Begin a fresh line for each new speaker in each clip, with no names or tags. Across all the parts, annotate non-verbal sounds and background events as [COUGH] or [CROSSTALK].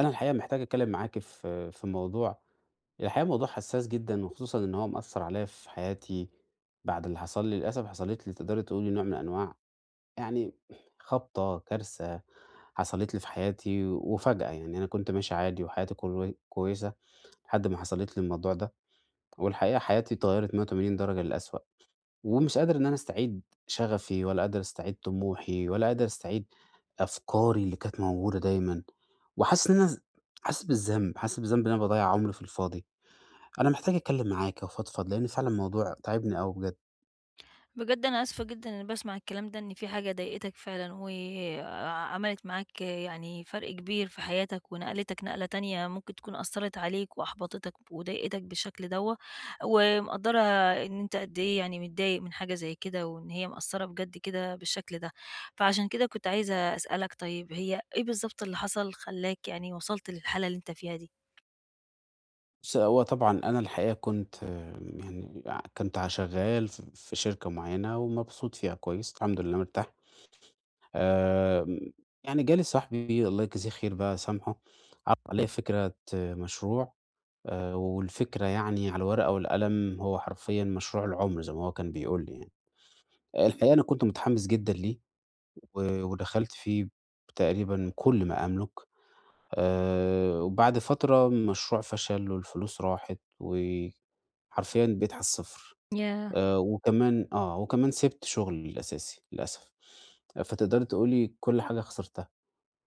أنا الحقيقة محتاج أتكلم معاكِ في موضوع. الحقيقة موضوع حساس جدًا، وخصوصًا إن هو مأثّر عليَّ في حياتي بعد اللي حصل لي. للأسف حصلت لي تقدري تقولي نوع من أنواع، يعني خبطة، كارثة حصلت لي في حياتي وفجأة. يعني أنا كنت ماشي عادي وحياتي كل كويسة لحد ما حصلت لي الموضوع ده، والحقيقة حياتي اتغيّرت 180 درجة للأسوأ. ومش قادر إن أنا أستعيد شغفي ولا قادر أستعيد طموحي ولا قادر أستعيد أفكاري اللي كانت موجودة دايمًا. وحاسس إن أنا ز حاسس بالذنب، حاسس بالذنب إن أنا باضيّع عمري في الفاضي. أنا محتاج أتكلّم معاك وأفضفض لإن فعلًا الموضوع تاعبني أوي بجد.
بجد أنا آسفة جدًا إنّي باسمع الكلام ده، إن في حاجة ضايقتك فعلًا وعملت معاك يعني فرق كبير في حياتك ونقلتك نقلة تانية ممكن تكون أثّرت عليك وأحبطتك وضايقتك بالشكل دوّة، ومقدّرة إن أنت قد إيه يعني متضايق من حاجة زي كده وإن هي مأثّرة بجد كده بالشكل ده. فعشان كده كنت عايزة أسألك طيب هي إيه بالضبط اللي حصل خلّاك يعني وصلت للحالة اللي أنت فيها دي؟
بُص، هو طبعًا أنا الحقيقة كنت، يعني كنت شغّال في شركة معيّنة ومبسوط فيها كويس، الحمد لله مرتاح. آمم، يعني جه لي صاحبي الله يجزيه خير بقى سامحه، عليه فكرة، مشروع. والفكرة يعني على الورقة والقلم هو حرفيًا مشروع العُمر زي ما هو كان بيقول لي يعني. الحقيقة أنا كنت متحمّس جدًا ليه و ودخلت فيه تقريبًا كل ما أملك. وبعد فترة المشروع فشل والفلوس راحت وحرفيًا بقيت على الصفر.
ياه!
وكمان سِبت شُغلي الأساسي للأسف. فتقدري تقولي كل حاجة خسرتها.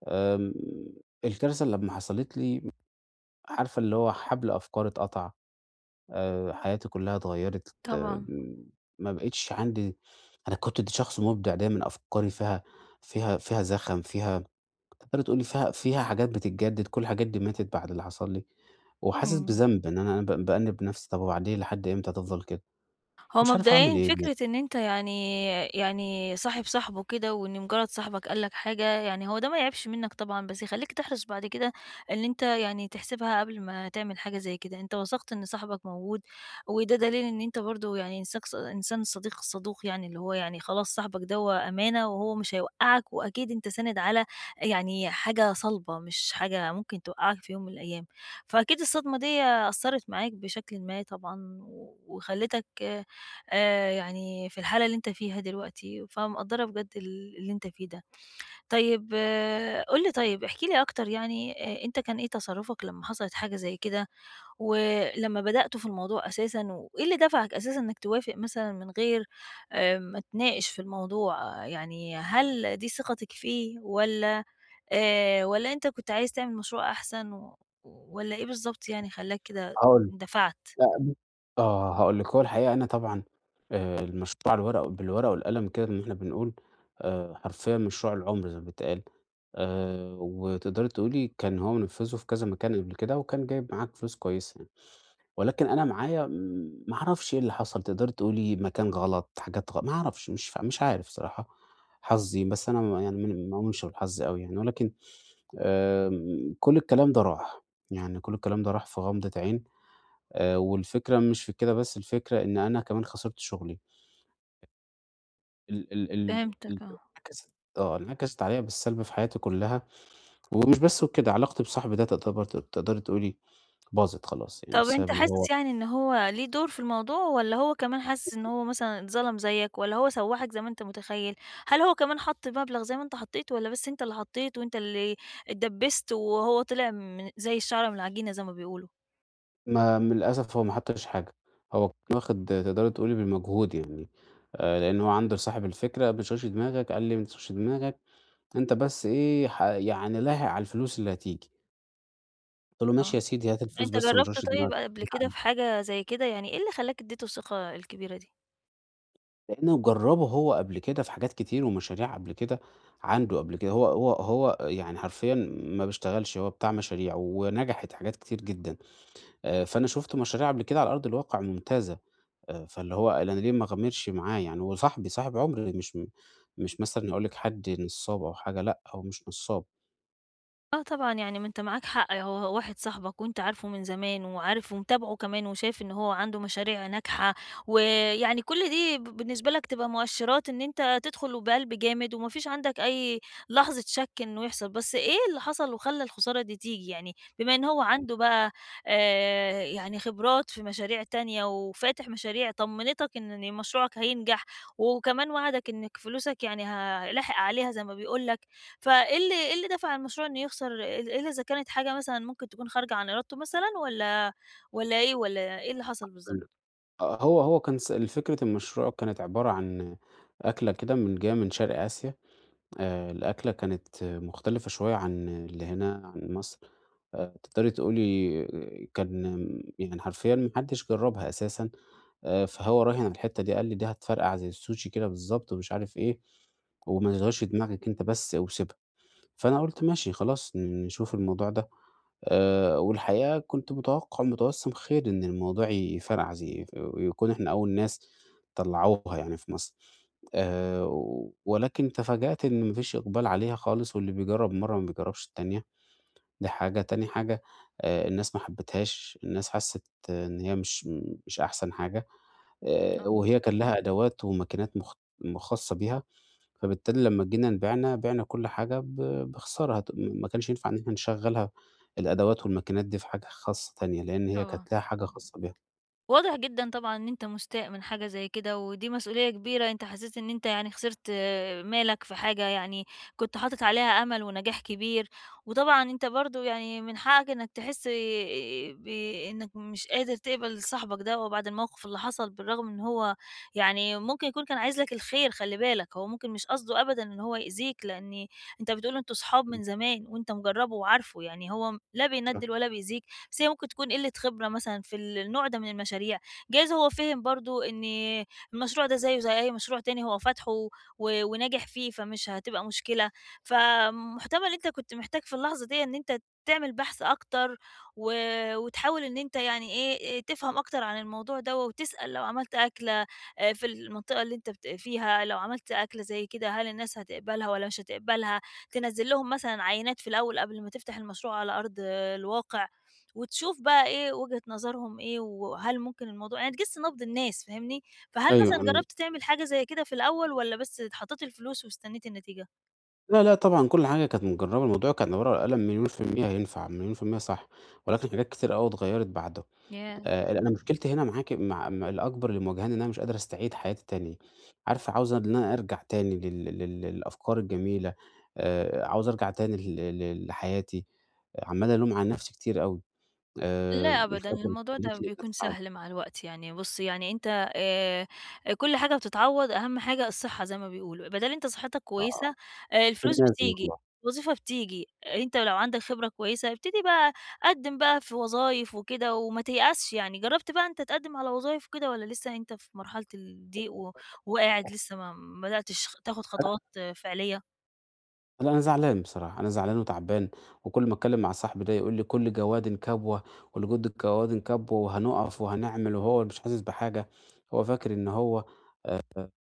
آمم الكارثة اللي لمّا حصلت لي، عارفة اللي هو حبل أفكاري اتقطع. حياتي كلّها اتغيّرت.
طبعًا.
ما بقيتش عندي، أنا كنت شخص مُبدع دايمًا أفكاري فيها، فيها زخم، فيها تقدري تقولي، فيها حاجات بتتجدد، كل الحاجات دي ماتت بعد اللي حصل لي. وحاسس
إمم.
بذنب إن أنا بأنِّب نَفْسي، طَب وبعدين لحد إمتى هتفضل كده؟
هو
مش عارف أعمل
مبدئيًا
إيه بجد.
فكرة إن أنت يعني صاحب صاحبه كده، وإن مجرد صاحبك قال لك حاجة يعني هو ده ما يعيبش منك طبعًا، بس يخلّيك تحرص بعد كده إن أنت يعني تحسبها قبل ما تعمل حاجة زي كده. أنت وثقت إن صاحبك موجود، وده دليل إن أنت برضه يعني إنساك ص إنسان صديق الصدوق يعني، اللي هو يعني خلاص صاحبك دوّة أمانة وهو مش هيوقّعك، وأكيد أنت ساند على يعني حاجة صلبة مش حاجة ممكن توقّعك في يوم من الأيام، فأكيد الصدمة ديّة أثّرت معاك بشكلٍ ما طبعًا، وخلّتك يعني في الحالة اللي أنت فيها دلوقتي، فمقدّرة بجد اللي أنت فيه ده. طيب آه، قُل لي طيب، احكِ لي أكتر يعني أنت كان إيه تصرُّفك لمّا حصلت حاجة زي كده، ولمّا بدأتوا في الموضوع أساسًا، وإيه اللي دفعك أساسًا إنك توافق مثلًا من غير ما تناقش في الموضوع، آه، يعني هل دي ثقتك فيه والّا أنت كنت عايز تعمل مشروع أحسن والّا إيه بالضبط يعني خلّاك كده
هاقول
اندفعت؟
هاقول لِك، هو الحقيقة أنا طبعًا، المشروع على الورق بالورقة والقلم كده زي ما إحنا بنقول. حرفيًا مشروع العُمر زي ما بيتقال. وتقدري تقولي كان هو منفّذه في كذا مكان قبل كده وكان جايب معاك فلوس كويسة يعني، ولكن أنا معايا ما أعرفش إيه اللي حصل، تقدري تقولي مكان غلط، حاجات، ما أعرفش، مش عارف الصراحة حظي، بس أنا ما يعني ما ما أؤمنش بالحظ أوي يعني. ولكن، كل الكلام ده راح، يعني كل الكلام ده راح في غمضة عين. والفكرة مش في كده بس، الفكرة إن أنا كمان خسرت شغلي. ال ال ال
فهمتك
الفكرة
آه.
انعكست عليَّ بالسلب في حياتي كلّها. ومش بس وكده، علاقتي بصاحبي ده تعتبر تقدري تقولي باظت خلاص يعني
طب أنت
بسبب اللي هو،
حاسس يعني إن هو ليه دور في الموضوع، والّا هو كمان حاسس إن هو مثلًا اتظلم زيك، والّا هو سوّحك زي ما أنت متخيّل؟ هل هو كمان حَط مبلغ زي ما أنت حطّيت، والّا بس أنت اللي حطّيت وأنت اللي اتدبّست وهو طلع من زي الشعرة من العجينة زي ما بيقولوا؟
ما من للأسف هو ما حطّش حاجة. هو كان واخد تقدري تقولي بالمجهود يعني. لإن هو عنده صاحب الفكرة، ما تشغلش دماغك، قال لي: "ما تشغلش دماغك، أنت بس إيه، يعني لاحق على الفلوس اللي هتيجي." قُلت له: "ماشي يا سيدي هات الفلوس
أنت
بس وما
جرّبته
تشغلش دماغك."
طيب قبل كده في حاجة زي كده، يعني إيه اللي خلّاك ادّيته الثقة الكبيرة دي؟
لإنه جرّبه هو قبل كده في حاجات كتير ومشاريع قبل كده عنده قبل كده. هو يعني حرفيًا ما بيشتغلش، هو بتاع مشاريع ونجحت حاجات كتير جدًا. فأنا شُفت مشاريع قبل كده على أرض الواقع ممتازة. فاللي هو أنا ليه ما أغامرش معاه يعني، هو صاحبي صاحب عمري، مش مثلًا أقول لِك حد نصّاب أو حاجة، لأ هو مش نصّاب.
آه طبعًا، يعني ما أنت معاك حق، هو واحد صاحبك وأنت عارفه من زمان وعارف ومتابعه كمان وشايف إن هو عنده مشاريع ناجحة، ويعني كل دي بالنسبة لك تبقى مؤشرات إن أنت تدخل بقلب جامد وما فيش عندك أي لحظة شك إنه يحصل، بس إيه اللي حصل وخلّى الخسارة دي تيجي يعني؟ بما إن هو عنده بقى، يعني خبرات في مشاريع تانية وفاتح مشاريع، طمنتك إن مشروعك هينجح، وكمان وعدك إنك فلوسك يعني هيلاحق عليها زي ما بيقول لك. فإيه اللي إيه اللي دَفَع المشروع إنه يخسر إلا إذا كانت حاجة مثلًا ممكن تكون خارجة عن إرادته مثلًا والّا إيه، والّا إيه اللي حصل
حلو.
بالضبط؟
آه، هو هو كان س فكرة المشروع كانت عبارة عن أكلة كده من جاية من شرق آسيا. الأكلة كانت مختلفة شوية عن اللي هنا عن مصر. تقدري تقولي، كان يعني حرفيًا ما حدش جرّبها أساسًا. فهو راهن على الحتّة دي، قال لي: "دي هتفرقع زي السوشي كده بالضبط." ومش عارف إيه، "وما تشغلش دماغك أنت بس وسيبها." فأنا قُلت ماشي خلاص نشوف الموضوع ده. والحقيقة كنت متوقع متوسّم خير إن الموضوع يفرقع زي ويكون إحنا أول ناس طلّعوها يعني في مصر. آآ ولكن تفاجأت إن ما فيش إقبال عليها خالص، واللي بيجرّب مرّة ما بيجرّبش التانية. دي حاجة، تاني حاجة، الناس ما حبتهاش، الناس حَسِّت إن هي مش أحسن حاجة. وهي كان لها أدوات وماكينات خاصة بيها، فبالتالي لمّا جينا نبيعنا، بعنا كل حاجة بخسارة، ما كانش ينفع إن إحنا نشغّلها الأدوات والماكينات دي في حاجة خاصة تانية، لإن
آه،
هي
آه،
كانت لها حاجة خاصة بيها.
واضح جدًا طبعًا إن أنت مستاء من حاجة زي كده، ودي مسؤولية كبيرة أنت حسيت إن أنت يعني خسرت آه، مالك في حاجة يعني كنت حاطط عليها أمل ونجاح كبير، وطبعًا أنت برضه يعني من حقك إنك تحس بإنك مش قادر تقبل صاحبك ده، وبعد الموقف اللي حصل بالرغم إن هو يعني ممكن يكون كان عايز لك الخير خلّي بالك، هو ممكن مش قصده أبدًا إن هو يأذيك، لإن أنت بتقول أنتم صحاب
إمم،
من زمان وأنت مجرّبه وعارفه، يعني هو م لا
صح.
بيندِّل ولا بيزيد. بس هي ممكن تكون قلة خبرة مثلًا في النوع ده من المشاريع، جايز هو فِهِم برضه إن المشروع ده زيه زي أي مشروع تاني هو فاتحه وناجح فيه، فمش هتبقى مشكلة، فمحتمل أنت كنت محتاج في اللحظة ديّة إن أنت تعمل بحث أكتر و وتحاول إن أنت يعني إيه، إيه، تفهم أكتر عن الموضوع دوّة وتسأل لو عملت أكلة في المنطقة اللي أنت فيها، لو عملت أكلة زي كده هل الناس هتقبلها والّا مش هتقبلها، تنزّل لهم مثلًا عينات في الأول قبل ما تفتح المشروع على أرض الواقع، وتشوف بقى إيه وجهة نظرهم إيه، وهل ممكن الموضوع يعني تجِس نبْض الناس فاهمني، فهل
أيوه،
مثلًا
أيوه.
جرّبتِ تعملي حاجة زي كده في الأول والّا بس حطّيتِ الفلوس واستنّيتِ النتيجة؟
لا، لأ، طبعًا كل حاجة كانت متجرّبة، الموضوع كان ورقة وقلم مليون في المِيّة هينفع، مليون في المِيّة صح، ولكن حاجات كتير أوي اتغيّرت بعده.
ياه!
أنا مشكلتي هنا معاك، مع م الأكبر اللي مواجهاني إن أنا مش قادر أستعيد حياتي تاني. عارفة عاوز إن أنا أرجع تاني لل لل للأفكار الجميلة. عاوز أرجع تاني ل ل لحياتي، عمّال ألوم على نفسي كتير أوي.
لا أبدًا،
الخطوة اللي
الموضوع ده
حصلت لي كانت
بيكون سهل
صعبة.
مع الوقت يعني، بُص يعني أنت، كل حاجة بتتعوّض، أهم حاجة الصحة زي ما بيقولوا، ما دام أنت صحتك
آه،
كويسة
في
الفلوس
النازل
بتيجي،
والله.
الوظيفة بتيجي، أنت لو عندك خبرة كويسة ابتدي بقى قدّم بقى في وظايف وكده وما تيأسش يعني، جرّبت بقى أنت تقدّم على وظايف وكده والّا لسه أنت في مرحلة الضيق وقاعد لسه ما بدأتش تاخد
لأ،
خطوات آه، فعلية؟
لأ أنا زعلان بصراحة، أنا زعلان وتعبان، وكل ما أتكلم مع صاحبي ده يقول لي: "كل جواد كبوة، ولجد الجواد كبوة، وهنقف وهنعمل." وهو مش حاسس بحاجة، هو فاكر إن هو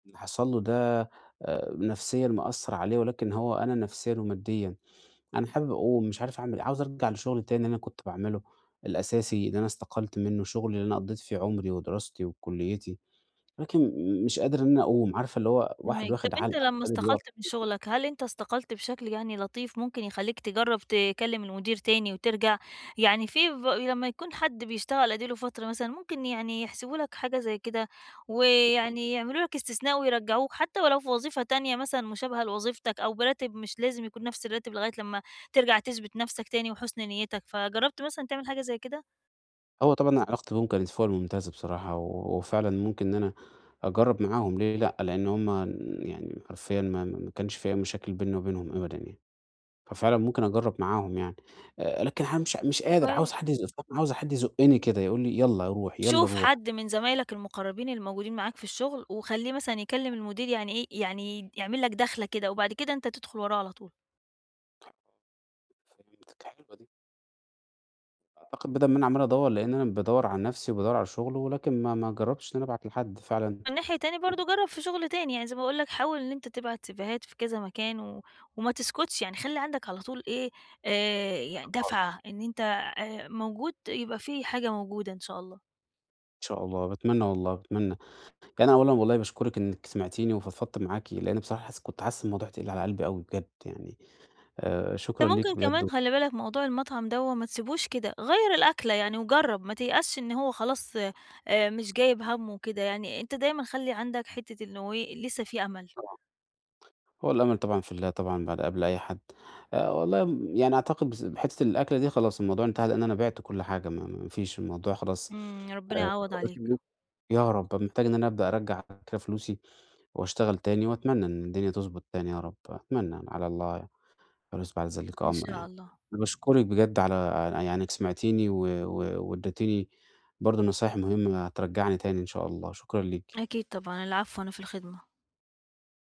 اللي حصل له ده، نفسيًا مأثّر عليه، ولكن هو أنا نفسيًا وماديًا. أنا حابب أقوم مش عارف أعمل إيه، عاوز أرجع لشغلي تاني اللي أنا كنت باعمله الأساسي اللي أنا استقلت منه، شغلي اللي أنا قضيت فيه عمري ودراستي وكليتي، ولكن مش قادر إن أنا أقوم، عارفة اللي هو واحد
فاهماك. طب
واخد
أنت
علقة مش
لمّا
قادر
استقلت
يقف.
من شغلك، هل أنت استقلت بشكل يعني لطيف ممكن يخلّيك تجرّب تكلم المدير تاني وترجع؟ يعني في ب لمّا يكون حد بيشتغل أديله فترة مثلًا ممكن يعني يحسبوا لك حاجة زي كده، ويعني يعملوا لك استثناء ويرجّعوك حتى ولو في وظيفة تانية مثلًا مشابهة لوظيفتك أو براتب مش لازم يكون نفس الراتب لغاية لمّا ترجع تثبت نفسك تاني وحُسن نيتك، فجرّبت مثلًا تعمل حاجة زي كده؟
هو طبعًا علاقتي بيهم كانت فوق الممتاز بصراحة، وفعلًا ممكن إن أنا أجرّب معاهم ليه لأ، لإن هُم يعني حرفيًا ما كانش في أي مشاكل بيني وبينهم أبدًا يعني. ففعلًا ممكن أجرّب معاهم يعني. لكن أنا مش قادر، عاوز
كويس.
حد يزقّني، عاوز حد يزقّني كده، يقول لي يالّا روح، يالّا
شوف
روح.
حد من زمايلك المقرّبين الموجودين معاك في الشغل، وخلّيه مثلًا يكلّم المدير يعني إيه، يعني يعمل لك دخلة كده، وبعد كده أنت تدخل وراه على طول.
فهمتك، حلوة دي. أعتقد بدل ما أنا عمّال أدوّر، لإن أنا بادوّر على نَفْسي وبادوّر على شغل، ولكن ما جرّبتش إن أنا أبعت لحد فعلًا.
من ناحية تاني برضه جرّب في شغل تاني، يعني زي ما باقول لك حاول إن أنت تبعت سيفيهات في كذا مكان وما تسكتش، يعني خلّي عندك على طول إيه، يعني
آه،
دَفعة إن أنت موجود، يبقى في حاجة موجودة إن شاء الله.
إن شاء الله، باتمنى والله، باتمنى. يعني أنا أولًا والله باشكرِك إنِّك سمعتيني وفضفضت معاكِ، لإن بصراحة، كنت حاسس الموضوع تقيل على قلبي أوي بجد يعني. شكرًا
أنت
ليكِ
ممكن كمان
بجد.
خلّي بالك موضوع المطعم دوّة ما تسيبوش كده، غيّر الأكلة يعني وجرّب، ما تيأسش إن هو خلاص مش جايب هَمّه وكده، يعني أنت دايمًا خلّي عندك حتّة إنه إيه، لسه في أمل.
[UNINTELLIGIBLE] هو الأمل طبعًا في الله طبعًا بعد قبل أي حد. والله يعني أعتقد بس بحتّة الأكلة دي خلاص الموضوع انتهى، لإن أنا بِعت كل حاجة، ما فيش الموضوع خلاص.
إمم، ربنا يعوّض عليك،
ولكن يا رب محتاج إن أنا أبدأ أرجّع كده فلوسي وأشتغل تاني وأتمنى إن الدنيا تضبط تاني يا رب، أتمنى على الله ويُسبَع ذلِك
إن
أمر
شاء
يعني.
الله.
أنا باشكرِك بجد على، يعني إنِّك سمعتيني و و وادّيتيني برضه نصايح مهمة هترجّعني تاني إن شاء الله، شكرًا ليكِ.
أكيد طبعًا، العفو، أنا في الخدمة.